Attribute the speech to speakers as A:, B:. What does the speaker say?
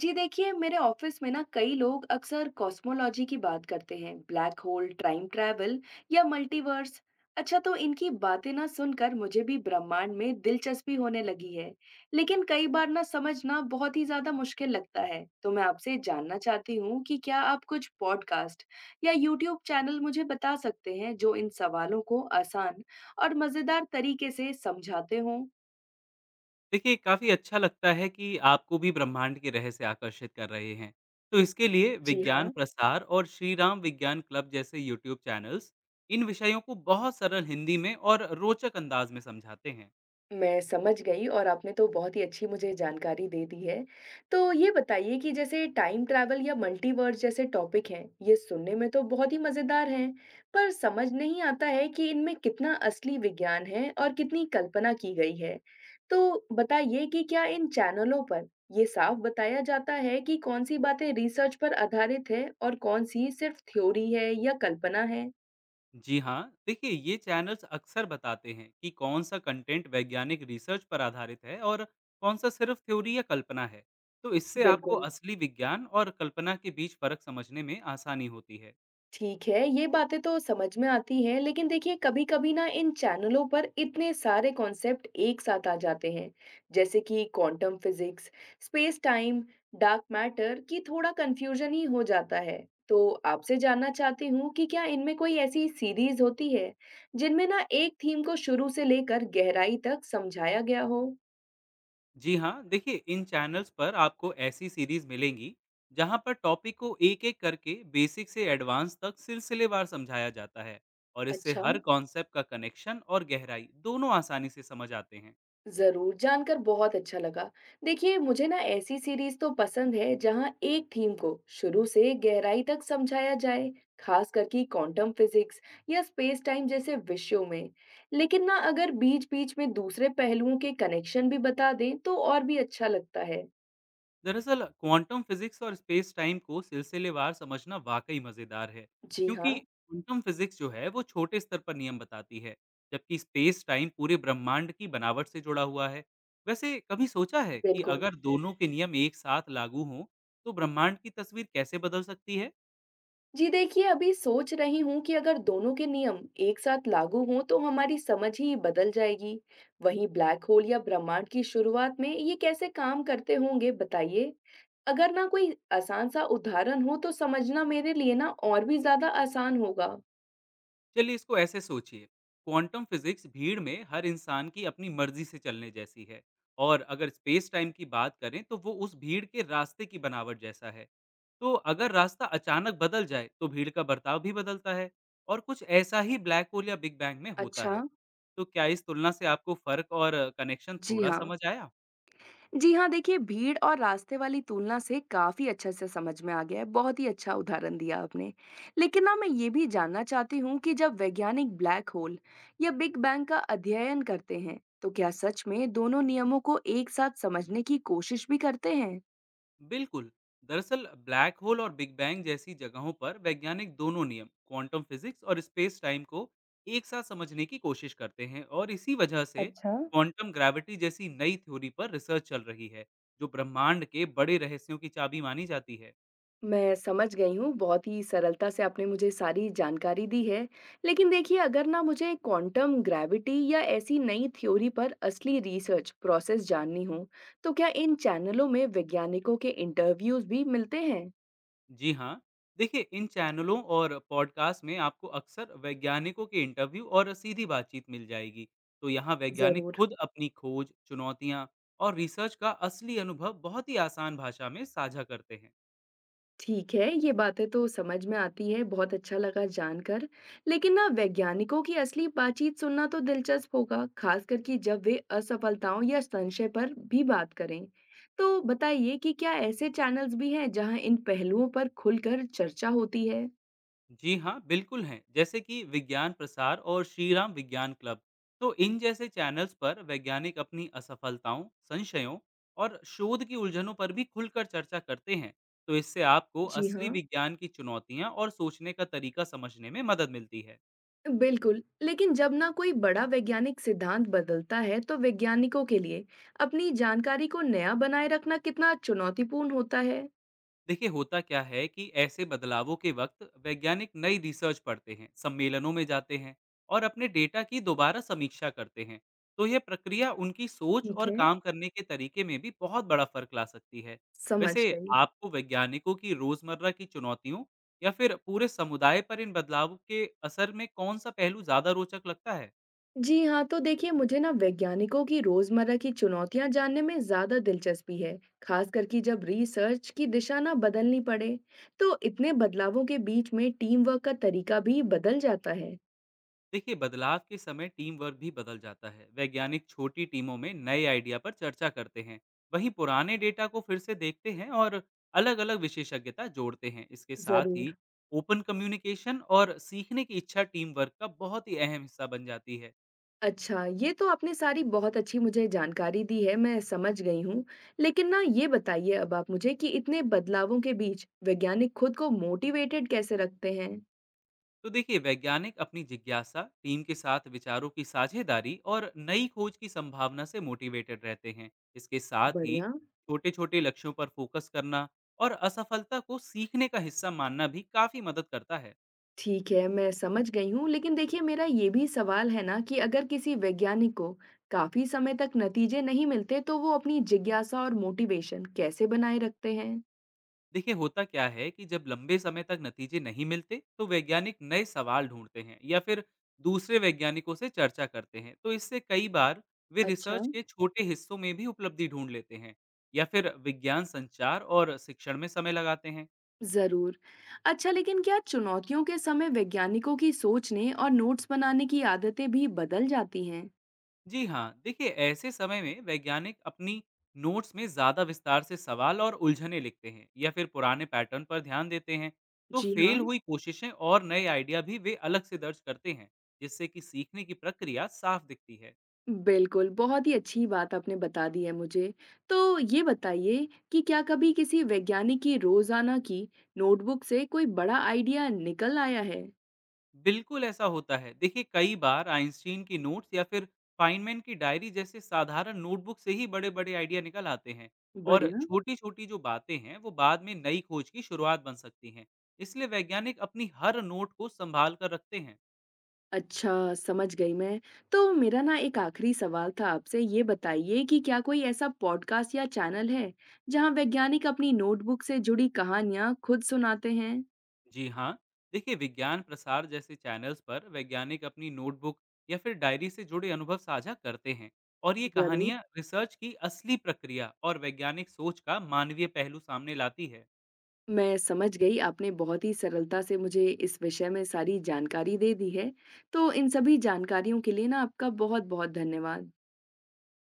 A: जी देखिए, मेरे ऑफिस में ना कई लोग अक्सर कॉस्मोलॉजी की बात करते हैं। ब्लैक होल, टाइम ट्रैवल या मल्टीवर्स। अच्छा, तो इनकी बातें ना सुनकर मुझे भी ब्रह्मांड में दिलचस्पी होने लगी है। लेकिन कई बार ना समझना बहुत ही ज्यादा मुश्किल लगता है। तो मैं आपसे जानना चाहती हूँ कि क्या आप कुछ पॉडकास्ट या यूट्यूब चैनल मुझे बता सकते हैं जो इन सवालों को आसान और मजेदार तरीके से समझाते हों।
B: देखिए, काफ़ी अच्छा लगता है कि आपको भी ब्रह्मांड के रहस्य आकर्षित कर रहे हैं। तो इसके लिए
A: जी
B: विज्ञान
A: हाँ।
B: प्रसार और श्रीराम विज्ञान क्लब जैसे यूट्यूब चैनल्स, इन विषयों को बहुत सरल हिंदी में और रोचक अंदाज में समझाते हैं।
A: मैं समझ गई, और आपने तो बहुत ही अच्छी मुझे जानकारी दे दी है। तो ये बताइए कि जैसे टाइम ट्रैवल या मल्टीवर्स जैसे टॉपिक हैं, ये सुनने में तो बहुत ही मज़ेदार हैं, पर समझ नहीं आता है कि इनमें कितना असली विज्ञान है और कितनी कल्पना की गई है। तो बताइए कि क्या इन चैनलों पर ये साफ बताया जाता है कि कौन-सी बातें रिसर्च पर आधारित है और कौन-सी सिर्फ थ्योरी है या कल्पना है?
B: जी हाँ, देखिए ये चैनल्स अक्सर बताते हैं कि कौन सा कंटेंट वैज्ञानिक रिसर्च पर आधारित है और कौन सा सिर्फ थ्योरी या कल्पना है। तो इससे आपको
A: बिल्कुल।
B: असली विज्ञान और कल्पना के बीच फ़र्क समझने में आसानी होती है।
A: ठीक है, ये बातें तो समझ में आती हैं। लेकिन देखिए, कभी कभी ना इन चैनलों पर इतने सारे कॉन्सेप्ट एक साथ आ जाते हैं, जैसे कि quantum physics, space time, dark matter, कि थोड़ा कंफ्यूजन ही हो जाता है। तो आपसे जानना चाहती हूँ कि क्या इनमें कोई ऐसी सीरीज होती है जिनमें ना एक थीम को शुरू से लेकर गहराई तक समझाया गया हो।
B: जी हाँ, देखिए इन चैनल्स पर आपको ऐसी सीरीज मिलेंगी जहाँ पर टॉपिक को एक-एक करके बेसिक से एडवांस तक सिलसिलेवार समझाया जाता है। और इससे
A: अच्छा,
B: हर कॉन्सेप्ट का कनेक्शन और गहराई दोनों आसानी से समझ आते हैं।
A: जरूर, जानकर बहुत अच्छा लगा। देखिए, मुझे ना ऐसी सीरीज तो पसंद है जहां एक थीम को शुरू से गहराई तक समझाया जाए, खास करके क्वांटम फिजिक्स या स्पेस टाइम जैसे विषयों में। लेकिन ना अगर बीच बीच में दूसरे पहलुओं के कनेक्शन भी बता दें तो और भी अच्छा लगता है।
B: दरअसल क्वांटम फिजिक्स और स्पेस टाइम को सिलसिलेवार समझना वाकई मजेदार है।
A: जी हाँ।
B: क्योंकि क्वांटम फिजिक्स जो है वो छोटे स्तर पर नियम बताती है, जबकि स्पेस टाइम पूरे ब्रह्मांड की बनावट से जुड़ा हुआ है। वैसे कभी सोचा है कि
A: बिल्कुल।
B: अगर दोनों के नियम एक साथ लागू हों तो ब्रह्मांड की तस्वीर कैसे बदल सकती है?
A: जी देखिए, अभी सोच रही हूँ कि अगर दोनों के नियम एक साथ लागू हों तो हमारी समझ ही बदल जाएगी। वहीं ब्लैक होल या ब्रह्मांड की शुरुआत में ये कैसे काम करते होंगे, बताइए। अगर ना कोई आसान सा उदाहरण हो तो समझना मेरे लिए ना और भी ज्यादा आसान होगा।
B: चलिए इसको ऐसे सोचिए, क्वांटम फिजिक्स भीड़ में हर इंसान की अपनी मर्जी से चलने जैसी है। और अगर स्पेस टाइम की बात करें तो वो उस भीड़ के रास्ते की बनावट जैसा है। तो अगर रास्ता अचानक बदल जाए तो भीड़ का बर्ताव भी बदलता है, और कुछ ऐसा ही ब्लैक होल या बिग बैंग में होता
A: अच्छा।
B: है। तो क्या इस तुलना से आपको फर्क और कनेक्शन
A: जी
B: थोड़ा
A: हाँ।
B: समझ आया?
A: जी हाँ, देखिए, भीड़ और रास्ते वाली तुलना से काफी अच्छे से समझ में आ गया है। बहुत ही अच्छा उदाहरण दिया आपने। लेकिन ना मैं ये भी जानना चाहती हूँ कि जब वैज्ञानिक ब्लैक होल या बिग बैंग का अध्ययन करते हैं तो क्या सच में दोनों नियमों को एक साथ समझने की कोशिश भी करते हैं।
B: बिल्कुल। दरअसल ब्लैक होल और बिग बैंग जैसी जगहों पर वैज्ञानिक दोनों नियम क्वांटम फिजिक्स और स्पेस टाइम को एक साथ समझने की कोशिश करते हैं, और इसी वजह से
A: अच्छा।
B: क्वांटम ग्रेविटी जैसी नई थ्योरी पर रिसर्च चल रही है, जो ब्रह्मांड के बड़े रहस्यों की चाबी मानी जाती है।
A: मैं समझ गई हूँ, बहुत ही सरलता से आपने मुझे सारी जानकारी दी है। लेकिन देखिए, अगर ना मुझे क्वांटम ग्रेविटी या ऐसी नई थ्योरी पर असली रिसर्च प्रोसेस जाननी हो, तो क्या इन चैनलों में वैज्ञानिकों के इंटरव्यूज़ भी मिलते हैं?
B: जी हाँ, देखिए इन चैनलों और पॉडकास्ट में आपको अक्सर वैज्ञानिकों के इंटरव्यू और सीधी बातचीत मिल जाएगी। तो यहाँ वैज्ञानिक
A: ज़रूर।
B: खुद अपनी खोज, चुनौतियाँ और रिसर्च का असली अनुभव बहुत ही आसान भाषा में साझा करते हैं।
A: ठीक है, ये बातें तो समझ में आती है, बहुत अच्छा लगा जानकर। लेकिन ना वैज्ञानिकों की असली बातचीत सुनना तो दिलचस्प होगा, खासकर कि जब वे असफलताओं या संशय पर भी बात करें। तो बताइए कि क्या ऐसे चैनल्स भी हैं जहां इन पहलुओं पर खुलकर चर्चा होती है?
B: जी हाँ, बिल्कुल हैं। जैसे कि विज्ञान प्रसार और श्रीराम विज्ञान क्लब। तो इन जैसे चैनल्स पर वैज्ञानिक अपनी असफलताओं, संशयों और शोध की उलझनों पर भी खुलकर चर्चा करते हैं। तो इससे आपको
A: जी
B: असली
A: हाँ।
B: विज्ञान की चुनौतियाँ और सोचने का तरीका समझने में मदद मिलती है।
A: बिल्कुल, लेकिन जब ना कोई बड़ा वैज्ञानिक सिद्धांत बदलता है, तो वैज्ञानिकों के लिए अपनी जानकारी को नया बनाए रखना कितना चुनौतीपूर्ण होता है।
B: देखिए होता क्या है कि ऐसे बदलावों के वक्त वैज्ञानिक नई रिसर्च पढ़ते हैं, सम्मेलनों में जाते हैं और अपने डेटा की दोबारा समीक्षा करते हैं। तो यह प्रक्रिया उनकी सोच
A: ठीक
B: और
A: है,
B: काम करने के तरीके में भी बहुत बड़ा फर्क ला सकती है।
A: समझ
B: वैसे
A: गई।
B: आपको वैज्ञानिकों की रोजमर्रा की चुनौतियों या फिर पूरे समुदाय पर इन बदलावों के असर में कौन सा पहलू ज्यादा रोचक लगता है?
A: जी हाँ, तो देखिए, मुझे ना वैज्ञानिकों की रोजमर्रा की चुनौतियां जानने में ज्यादा दिलचस्पी है, खास करके जब रिसर्च की दिशा ना बदलनी पड़े। तो इतने बदलावों के बीच में टीम वर्क का तरीका भी बदल जाता है।
B: देखिए बदलाव के समय टीम वर्क भी बदल जाता है। वैज्ञानिक छोटी टीमों में नए आइडिया पर चर्चा करते हैं, वहीं पुराने डेटा को फिर से देखते हैं और अलग अलग विशेषज्ञता जोड़ते हैं। इसके साथ ही
A: जरूर।
B: ओपन कम्युनिकेशन और सीखने की इच्छा टीम वर्क का बहुत ही अहम हिस्सा बन जाती है।
A: अच्छा, ये तो आपने सारी बहुत अच्छी मुझे जानकारी दी है, मैं समझ गई हूँ। लेकिन ना ये बताइए अब आप मुझे कि इतने बदलावों के बीच वैज्ञानिक खुद को मोटिवेटेड कैसे रखते हैं।
B: तो देखिए वैज्ञानिक अपनी जिज्ञासा, टीम के साथ विचारों की साझेदारी और नई खोज की संभावना से मोटिवेटेड रहते हैं। इसके साथ ही
A: बढ़िया।
B: छोटे छोटे लक्ष्यों पर फोकस करना और असफलता को सीखने का हिस्सा मानना भी काफी मदद करता है।
A: ठीक है, मैं समझ गई हूँ, लेकिन देखिए मेरा ये भी सवाल है ना कि अगर किसी वैज्ञानिक को काफ़ी समय तक नतीजे नहीं मिलते, तो वो अपनी जिज्ञासा और मोटिवेशन कैसे बनाए रखते हैं?
B: देखिए होता क्या है कि जब लंबे समय तक नतीजे नहीं मिलते तो वैज्ञानिक नए सवाल ढूंढते हैं या फिर दूसरे वैज्ञानिकों से चर्चा करते हैं। तो इससे कई बार वे
A: अच्छा।
B: रिसर्च के छोटे हिस्सों में भी उपलब्धि ढूंढ लेते हैं, या फिर विज्ञान संचार और शिक्षण में समय लगाते हैं।
A: ज़रूर। अच्छा, लेकिन क्या चुनौतियों के समय वैज्ञानिकों की सोचने और नोट्स बनाने की आदतें भी बदल जाती हैं?
B: जी हाँ, देखिए ऐसे समय में वैज्ञानिक अपनी नोट्स में ज़्यादा विस्तार से सवाल और उलझनें लिखते हैं, या फिर पुराने पैटर्न पर ध्यान देते हैं। तो
A: जी
B: फेल
A: हाँ।
B: हुई कोशिशें और नए आइडिया भी वे अलग से दर्ज करते हैं, जिससे कि सीखने की प्रक्रिया साफ दिखती है।
A: बिल्कुल, बहुत ही अच्छी बात आपने बता दी है मुझे। तो ये बताइए कि क्या कभी किसी वैज्ञानिक की रोज़ाना की नोटबुक से कोई बड़ा आइडिया निकल आया है?
B: बिल्कुल ऐसा होता है। देखिए कई बार आइंस्टीन की नोट्स या फिर फाइनमैन की डायरी जैसे साधारण नोटबुक से ही बड़े बड़े आइडिया निकल आते हैं। और
A: बढ़िया।
B: छोटी छोटी जो बातें हैं वो बाद में नई खोज की शुरुआत बन सकती हैं। इसलिए वैज्ञानिक अपनी हर नोट को संभाल कर रखते हैं।
A: अच्छा, समझ गई मैं। तो मेरा ना एक आखिरी सवाल था आपसे, ये बताइए कि क्या कोई ऐसा पॉडकास्ट या चैनल है, जहाँ वैज्ञानिक अपनी नोटबुक से जुड़ी कहानियाँ खुद सुनाते हैं?
B: जी हाँ, देखिए विज्ञान प्रसार जैसे चैनल्स पर वैज्ञानिक अपनी नोटबुक या फिर डायरी से जुड़े अनुभव साझा करते हैं। और ये
A: ज़रूर।
B: कहानियाँ रिसर्च की असली प्रक्रिया और वैज्ञानिक सोच का मानवीय पहलू सामने लाती है।
A: मैं समझ गई, आपने बहुत ही सरलता से मुझे इस विषय में सारी जानकारी दे दी है। तो इन सभी जानकारियों के लिए ना आपका बहुत-बहुत धन्यवाद।